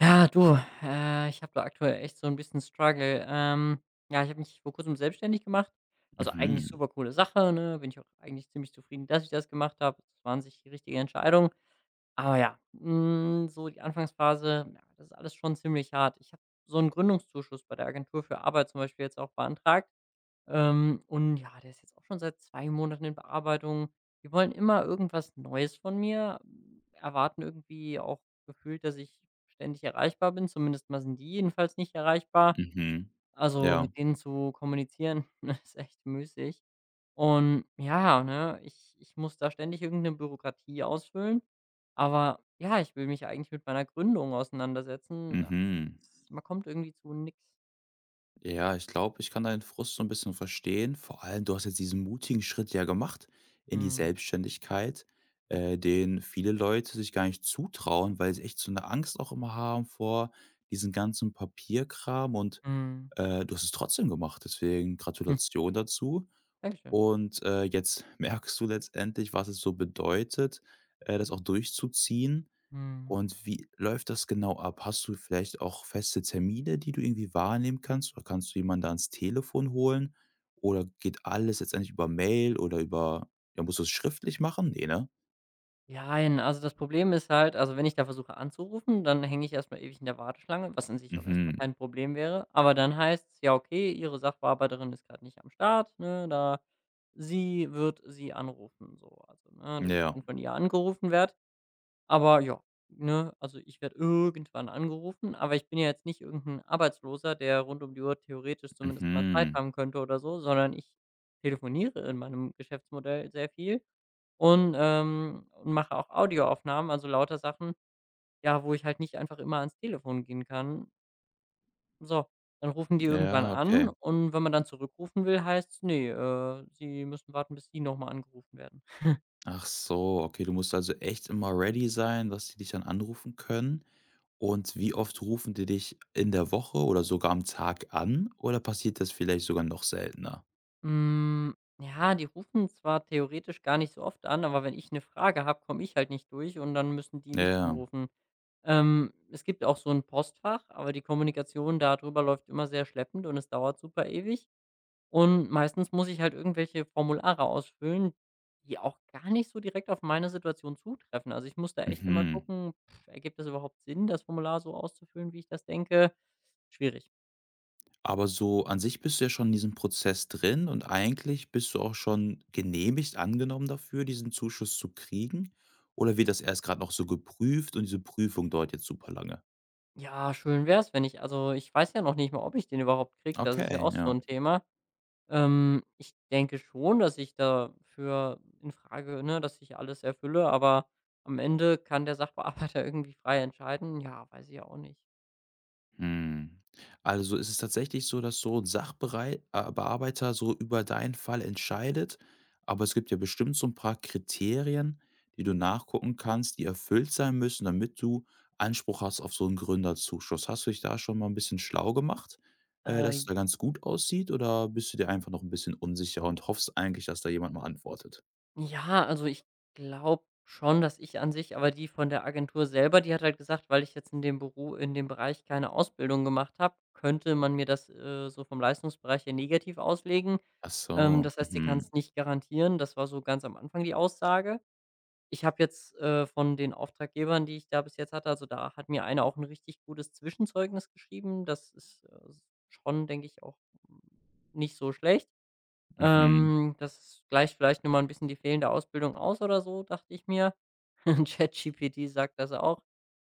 Ja, du, ich habe da aktuell echt so ein bisschen Struggle. Ja, ich habe mich vor Kurzem selbstständig gemacht. Also, eigentlich Mhm, super coole Sache, ne? Bin ich auch eigentlich ziemlich zufrieden, dass ich das gemacht habe. Es war an sich die richtige Entscheidung. Aber ja, so die Anfangsphase, ja, das ist alles schon ziemlich hart. Ich habe so einen Gründungszuschuss bei der Agentur für Arbeit zum Beispiel jetzt auch beantragt. Und ja, der ist jetzt auch schon seit 2 Monaten in Bearbeitung. Die wollen immer irgendwas Neues von mir, erwarten irgendwie auch gefühlt, dass ich ständig erreichbar bin. Zumindest mal sind die jedenfalls nicht erreichbar. mhm. Also, Ja, mit denen zu kommunizieren, ne, ist echt müßig. Und ja, ne, ich muss da ständig irgendeine Bürokratie ausfüllen. Aber ja, ich will mich eigentlich mit meiner Gründung auseinandersetzen. Ah, mhm. es man kommt irgendwie zu nichts. Ja, ich glaube, ich kann deinen Frust so ein bisschen verstehen. Vor allem, du hast jetzt diesen mutigen Schritt ja gemacht in die Mhm. Selbstständigkeit, den viele Leute sich gar nicht zutrauen, weil sie echt so eine Angst auch immer haben vor diesem ganzen Papierkram und, Mhm. Du hast es trotzdem gemacht. Deswegen Hm. Gratulation dazu. Dankeschön. Und, jetzt merkst du letztendlich, was es so bedeutet, das auch durchzuziehen. Mhm. Und wie läuft das genau ab? Hast du vielleicht auch feste Termine, die du irgendwie wahrnehmen kannst? Oder kannst du jemanden da ans Telefon holen? Oder geht alles letztendlich über Mail oder über ja, musst du es schriftlich machen? Ne, ne? Jein, also das Problem ist halt, also wenn ich da versuche anzurufen, dann hänge ich erstmal ewig in der Warteschlange, was an sich auch erstmal Mhm. kein Problem wäre. Aber dann heißt's: „Ja, okay, Ihre Sachbearbeiterin ist gerade nicht am Start, ne, da sie wird Sie anrufen", so. Also, ne, dass ich Ja. dann von ihr angerufen werde. Aber ja, ne, also ich werde irgendwann angerufen, aber ich bin ja jetzt nicht irgendein Arbeitsloser, der rund um die Uhr theoretisch zumindest mal Zeit Mhm. haben könnte oder so, sondern ich telefoniere in meinem Geschäftsmodell sehr viel. Und mache auch Audioaufnahmen, also lauter Sachen, ja, wo ich halt nicht einfach immer ans Telefon gehen kann. So, dann rufen die irgendwann Ja, okay. an und wenn man dann zurückrufen will, heißt's: „Nee, Sie müssen warten, bis Sie nochmal angerufen werden." Ach so, okay, du musst also echt immer ready sein, dass die dich dann anrufen können. Und wie oft rufen die dich in der Woche oder sogar am Tag an? Oder passiert das vielleicht sogar noch seltener? Hm, ja, die rufen zwar theoretisch gar nicht so oft an, aber wenn ich eine Frage habe, komme ich halt nicht durch und dann müssen die mich Ja. anrufen. Es gibt auch so ein Postfach, aber die Kommunikation darüber läuft immer sehr schleppend und es dauert super ewig. Und meistens muss ich halt irgendwelche Formulare ausfüllen, die auch gar nicht so direkt auf meine Situation zutreffen. Also, ich muss da echt immer Mhm. gucken: „Ergibt es überhaupt Sinn, das Formular so auszufüllen, wie ich das denke?" Schwierig. Aber so an sich bist du ja schon in diesem Prozess drin und eigentlich bist du auch schon genehmigt, angenommen dafür, diesen Zuschuss zu kriegen? Oder wird das erst gerade noch so geprüft und diese Prüfung dauert jetzt super lange? Ja, schön wäre es, wenn ich, also, ich weiß ja noch nicht mal, ob ich den überhaupt kriege, das ist ja Okay, auch so ja. ein Thema. Ich denke schon, dass ich dafür in Frage, ne, dass ich alles erfülle, aber am Ende kann der Sachbearbeiter irgendwie frei entscheiden. Ja, weiß ich auch nicht. Mhm. Also ist es tatsächlich so, dass so 'n Sachberei so über deinen Fall entscheidet, aber es gibt ja bestimmt so ein paar Kriterien, die du nachgucken kannst, die erfüllt sein müssen, damit du Anspruch hast auf so einen Gründerzuschuss. Hast du dich da schon mal ein bisschen schlau gemacht, dass Äh es da ganz gut aussieht oder bist du dir einfach noch ein bisschen unsicher und hoffst eigentlich, dass da jemand mal antwortet? Ja, also ich glaube schon, dass ich an sich, aber die von der Agentur selber, die hat halt gesagt, weil ich jetzt in dem Bereich keine Ausbildung gemacht habe, könnte man mir das, so vom Leistungsbereich her negativ auslegen. Ach Ähm, so, das heißt, sie kann mhm, es nicht garantieren. Das war so ganz am Anfang die Aussage. Ich habe jetzt, von den Auftraggebern, die ich da bis jetzt hatte, also da hat mir einer auch ein richtig gutes Zwischenzeugnis geschrieben. Das ist, schon, denke ich, auch mm, nicht so schlecht. mhm, Das gleicht vielleicht noch mal 'n bisschen die fehlende Ausbildung aus oder so, dachte ich mir. ChatGPT sagt das auch,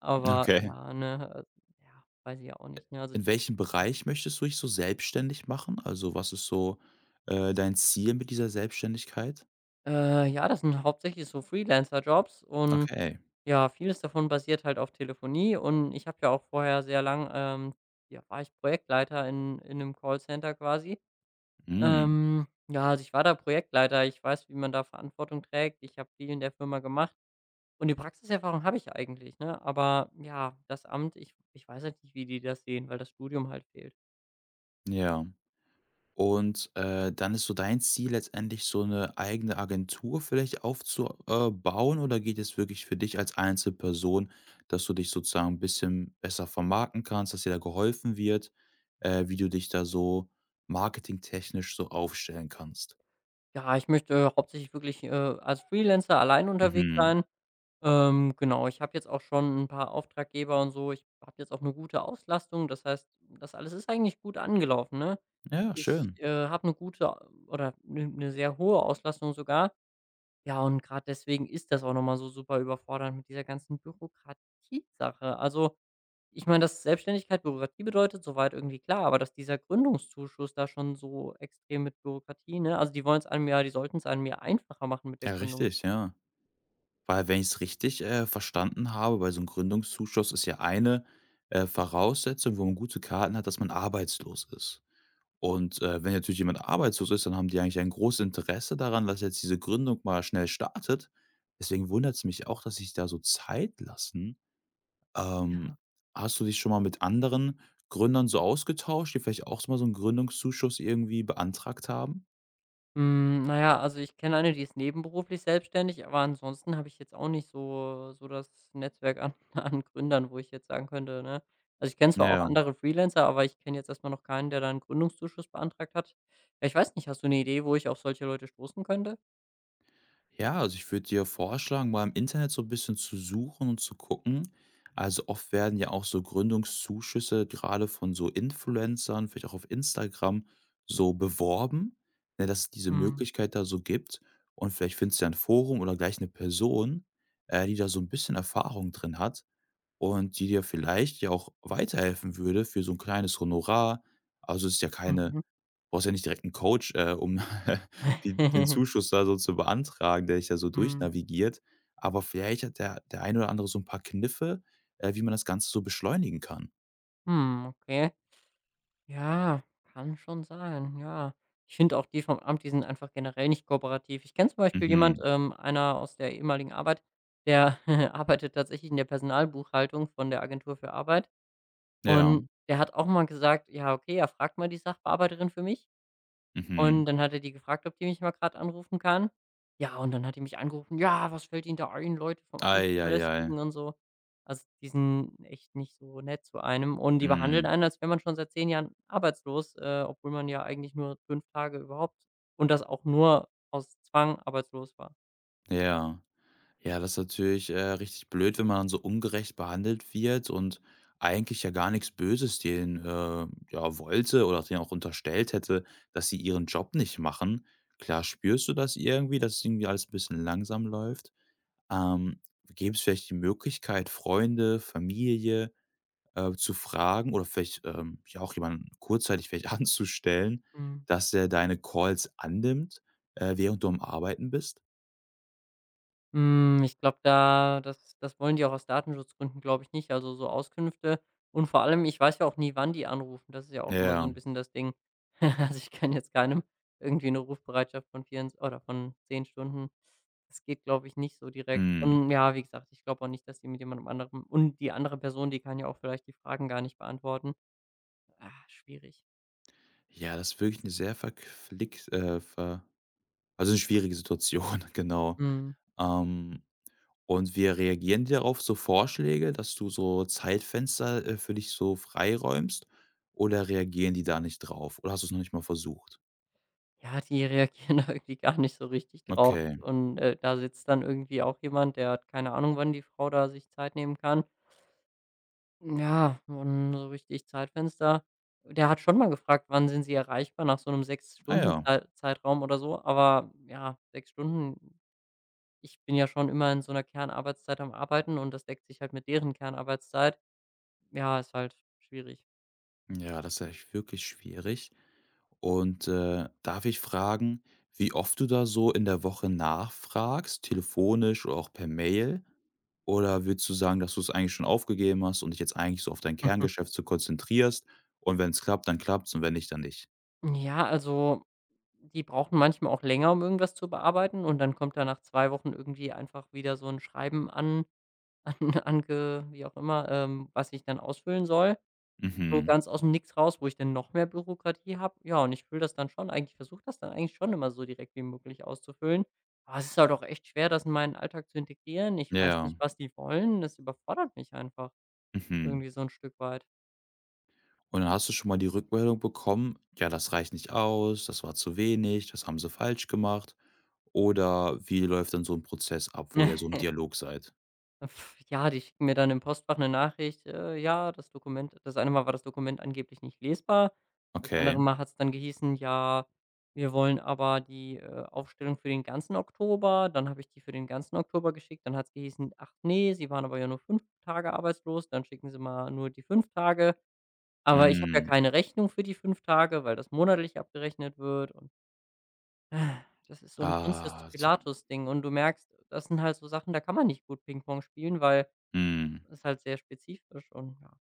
aber okay. ja, ne, ja, weiß ich ja auch nicht, ne? Also In welchem ChatGPT. Bereich möchtest du dich so selbstständig machen? Also, was ist so, dein Ziel mit dieser Selbstständigkeit? Ja, das sind hauptsächlich so Freelancer-Jobs und Okay, ja, vieles davon basiert halt auf Telefonie und ich habe ja auch vorher sehr lang ja, war ich Projektleiter in einem Callcenter quasi. mhm, Ja, also ich war da Projektleiter, ich weiß, wie man da Verantwortung trägt. Ich habe viel in der Firma gemacht. Und die Praxiserfahrung habe ich ja eigentlich, ne? Aber ja, das Amt, ich weiß halt nicht, wie die das sehen, weil das Studium halt fehlt. ja. Und, dann ist so dein Ziel letztendlich so eine eigene Agentur vielleicht aufzubauen oder geht es wirklich für dich als Einzelperson, dass du dich sozusagen 'n bisschen besser vermarkten kannst, dass dir da geholfen wird, wie du dich da so marketingtechnisch so aufstellen kannst? Ja, ich möchte hauptsächlich wirklich, als Freelancer allein unterwegs Mhm. sein. Genau, ich habe jetzt auch schon ein paar Auftraggeber und so. Ich habe jetzt auch eine gute Auslastung. Das heißt, das alles ist eigentlich gut angelaufen, ne? Ja, Ich, schön. Habe eine gute oder eine sehr hohe Auslastung sogar. Ja, und gerade deswegen ist das auch noch mal so super überfordernd mit dieser ganzen Bürokratie-Sache. Also, ich meine, dass Selbstständigkeit Bürokratie bedeutet, soweit irgendwie klar, aber dass dieser Gründungszuschuss da schon so extrem mit Bürokratie, ne? Also, die wollen es einem ja, die sollten es einem ja einfacher machen mit der Ja, Gründung. richtig, ja. Weil, wenn ich es richtig, verstanden habe, bei so einem Gründungszuschuss ist ja eine, Voraussetzung, wo man gute Karten hat, dass man arbeitslos ist. Und, wenn natürlich jemand arbeitslos ist, dann haben die eigentlich ein großes Interesse daran, dass jetzt diese Gründung mal schnell startet. Deswegen wundert es mich auch, dass sich da so Zeit lassen. Ja. Ähm, hast du dich schon mal mit anderen Gründern so ausgetauscht, die vielleicht auch so mal so einen Gründungszuschuss irgendwie beantragt haben? Na ja, also, ich kenne eine, die ist nebenberuflich selbstständig, aber ansonsten habe ich jetzt auch nicht so, das Netzwerk an an Gründern, wo ich jetzt sagen könnte, ne? Also, ich kenne zwar auch Ja. andere Freelancer, aber ich kenne jetzt erstmal noch keinen, der da 'n Gründungszuschuss beantragt hat. Ja, ich weiß nicht, hast du eine Idee, wo ich auf solche Leute stoßen könnte? Ja, also ich würde dir vorschlagen, mal im Internet so ein bisschen zu suchen und zu gucken. Also, oft werden ja auch so Gründungszuschüsse gerade von so Influencern, vielleicht auch auf Instagram, so beworben, ne, dass es diese Mhm, Möglichkeit da so gibt. Und vielleicht findest du ja 'n Forum oder gleich eine Person, die da so ein bisschen Erfahrung drin hat und die dir vielleicht ja auch weiterhelfen würde für so ein kleines Honorar. Also, es ist ja keine mhm. brauchst ja nicht direkt 'n Coach, um die den Zuschuss da so zu beantragen, der dich da so Mhm. durchnavigiert. Aber vielleicht hat der ein oder andere so 'n paar Kniffe, wie man das Ganze so beschleunigen kann. Okay. Ja, kann schon sein, ja. Ich finde auch die vom Amt, die sind einfach generell nicht kooperativ. Ich kenne zum Beispiel jemand, Mhm. Einer aus der ehemaligen Arbeit, der arbeitet tatsächlich in der Personalbuchhaltung von der Agentur für Arbeit Ja. und der hat auch mal gesagt: „Ja, okay, ja, fragt mal die Sachbearbeiterin für mich." Mhm. Und dann hat er die gefragt, ob die mich mal gerade anrufen kann. Ja, und dann hat die mich angerufen: „Ja, was fällt Ihnen da ein, Leute vom Amt Ei, zu ei, ei. belästigen" und so. Also, die sind echt nicht so nett zu einem und die behandeln Mhm. einen, als wäre man schon seit 10 Jahren arbeitslos, obwohl man ja eigentlich nur 5 Tage überhaupt und das auch nur aus Zwang arbeitslos war. Ja. Ja, das ist natürlich, richtig blöd, wenn man dann so ungerecht behandelt wird und eigentlich ja gar nichts Böses denen, ja, wollte oder denen auch unterstellt hätte, dass sie ihren Job nicht machen. Klar spürst du das irgendwie, dass es irgendwie alles ein bisschen langsam läuft. Ähm, gäbe es vielleicht die Möglichkeit, Freunde, Familie, zu fragen oder vielleicht, ja auch jemanden kurzzeitig vielleicht anzustellen, Mhm. dass er deine Calls annimmt, während du am Arbeiten bist? Ich glaube, da das wollen die auch aus Datenschutzgründen, glaube ich, nicht. Also, so Auskünfte, und vor allem, ich weiß ja auch nie, wann die anrufen. Das ist ja auch immer so Ja, 'n bisschen das Ding. Also, ich kann jetzt keinem irgendwie eine Rufbereitschaft von 4 oder von 10 Stunden, das geht, glaube ich, nicht so direkt. mhm. Und ja, wie gesagt, ich glaube auch nicht, dass die mit jemandem anderem, und die andere Person, die kann ja auch vielleicht die Fragen gar nicht beantworten. Ah, schwierig. Ja, das ist wirklich eine sehr verquick ver also eine schwierige Situation, genau. Mhm. Ähm, und wir reagieren die darauf? So Vorschläge, dass du so Zeitfenster, für dich so freiräumst oder reagieren die da nicht drauf? Oder hast du es noch nicht mal versucht? Ja, die reagieren da irgendwie gar nicht so richtig drauf. Okay. Und, da sitzt dann irgendwie auch jemand, der hat keine Ahnung, wann die Frau da sich Zeit nehmen kann. Ja, und so richtig Zeitfenster, der hat schon mal gefragt: „Wann sind Sie erreichbar?" nach so einem sechs Ah Stunden ja. Zeitraum oder so. Aber ja, 6 Stunden, ich bin ja schon immer in so einer Kernarbeitszeit am Arbeiten und das deckt sich halt mit deren Kernarbeitszeit. Ja, ist halt schwierig. Ja, das ist echt wirklich schwierig. Und, darf ich fragen, wie oft du da so in der Woche nachfragst, telefonisch oder auch per Mail? Oder würdest du sagen, dass du es eigentlich schon aufgegeben hast und dich jetzt eigentlich so auf dein Kerngeschäft so konzentrierst und wenn es klappt, dann klappt's und wenn nicht, dann nicht? Ja, also die brauchen manchmal auch länger, um irgendwas zu bearbeiten und dann kommt da nach 2 Wochen irgendwie einfach wieder so ein Schreiben an an ange wie auch immer, was ich dann ausfüllen soll, so Mhm. ganz aus dem Nix raus, wo ich dann noch mehr Bürokratie habe. Ja, und ich fülle das dann schon eigentlich, versuche das dann eigentlich schon immer so direkt wie möglich auszufüllen. Aber es ist halt auch echt schwer, das in meinen Alltag zu integrieren. Ich Ja, weiß ja. nicht, was die wollen. Das überfordert mich einfach Mhm. irgendwie so ein Stück weit. Und dann hast du schon mal die Rückmeldung bekommen: „Ja, das reicht nicht aus, das war zu wenig, das haben sie falsch gemacht.“ Oder wie läuft dann so ein Prozess ab, wo ihr so im Dialog seid? Ja, die schicken mir dann im Postfach eine Nachricht, ja, das Dokument, das eine Mal war das Dokument angeblich nicht lesbar. Das Okay. andere Mal hat es dann gehießen: „Ja, wir wollen aber die, Aufstellung für den ganzen Oktober." Dann habe ich die für den ganzen Oktober geschickt. Dann hat es gehießen: „Ach nee, Sie waren aber ja nur 5 Tage arbeitslos, dann schicken Sie mal nur die 5 Tage." Aber ich habe ja Mhm. keine Rechnung für die 5 Tage, weil das monatlich abgerechnet wird und ah, das ist so ein Pontius Ah, zu so. Pilatus Ding und du merkst, das sind halt so Sachen, da kann man nicht gut Pingpong spielen, weil Mhm. ist halt sehr spezifisch und ja.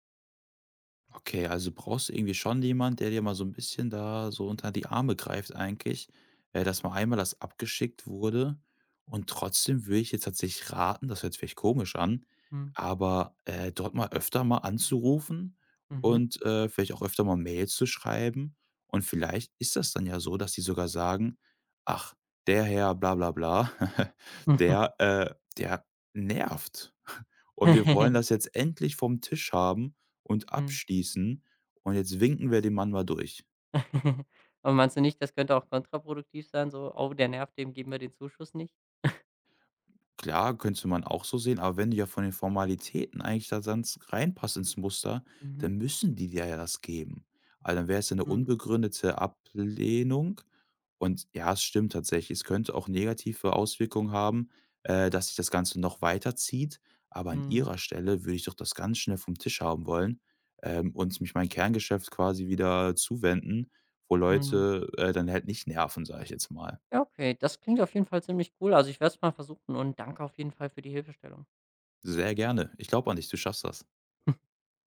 Okay, also brauchst du irgendwie schon jemand, der dir mal so ein bisschen da so unter die Arme greift eigentlich, dass mal einmal das abgeschickt wurde. Und trotzdem würde ich jetzt tatsächlich raten, das hört sich vielleicht komisch an, Mhm. aber, dort mal öfter mal anzurufen Mhm. und, vielleicht auch öfter mal Mails zu schreiben. Und vielleicht ist das dann ja so, dass die sogar sagen: „Ach, der Herr bla bla bla, der, äh der nervt.“ Und wir wollen Mhm. das jetzt endlich vom Tisch haben und abschließen und jetzt winken wir den Mann mal durch. Aber meinst du nicht, das könnte auch kontraproduktiv sein, so: „Oh, der nervt, dem geben wir den Zuschuss nicht?" Klar, könnte man auch so sehen, aber wenn du ja von den Formalitäten eigentlich da ganz reinpasst ins Muster, Mhm. dann müssen die dir ja das geben. Also dann wäre es ja eine Mhm. unbegründete Ablehnung. Und ja, es stimmt tatsächlich. Es könnte auch negative Auswirkungen haben, dass sich das Ganze noch weiter zieht. Aber an Mhm. ihrer Stelle würde ich doch das ganz schnell vom Tisch haben wollen, und mich mein Kerngeschäft quasi wieder zuwenden, wo Mhm. Leute, dann halt nicht nerven, sage ich jetzt mal. Ja, okay, das klingt auf jeden Fall ziemlich cool. Also, ich werde es mal versuchen und danke auf jeden Fall für die Hilfestellung. Sehr gerne. Ich glaube an dich, du schaffst das.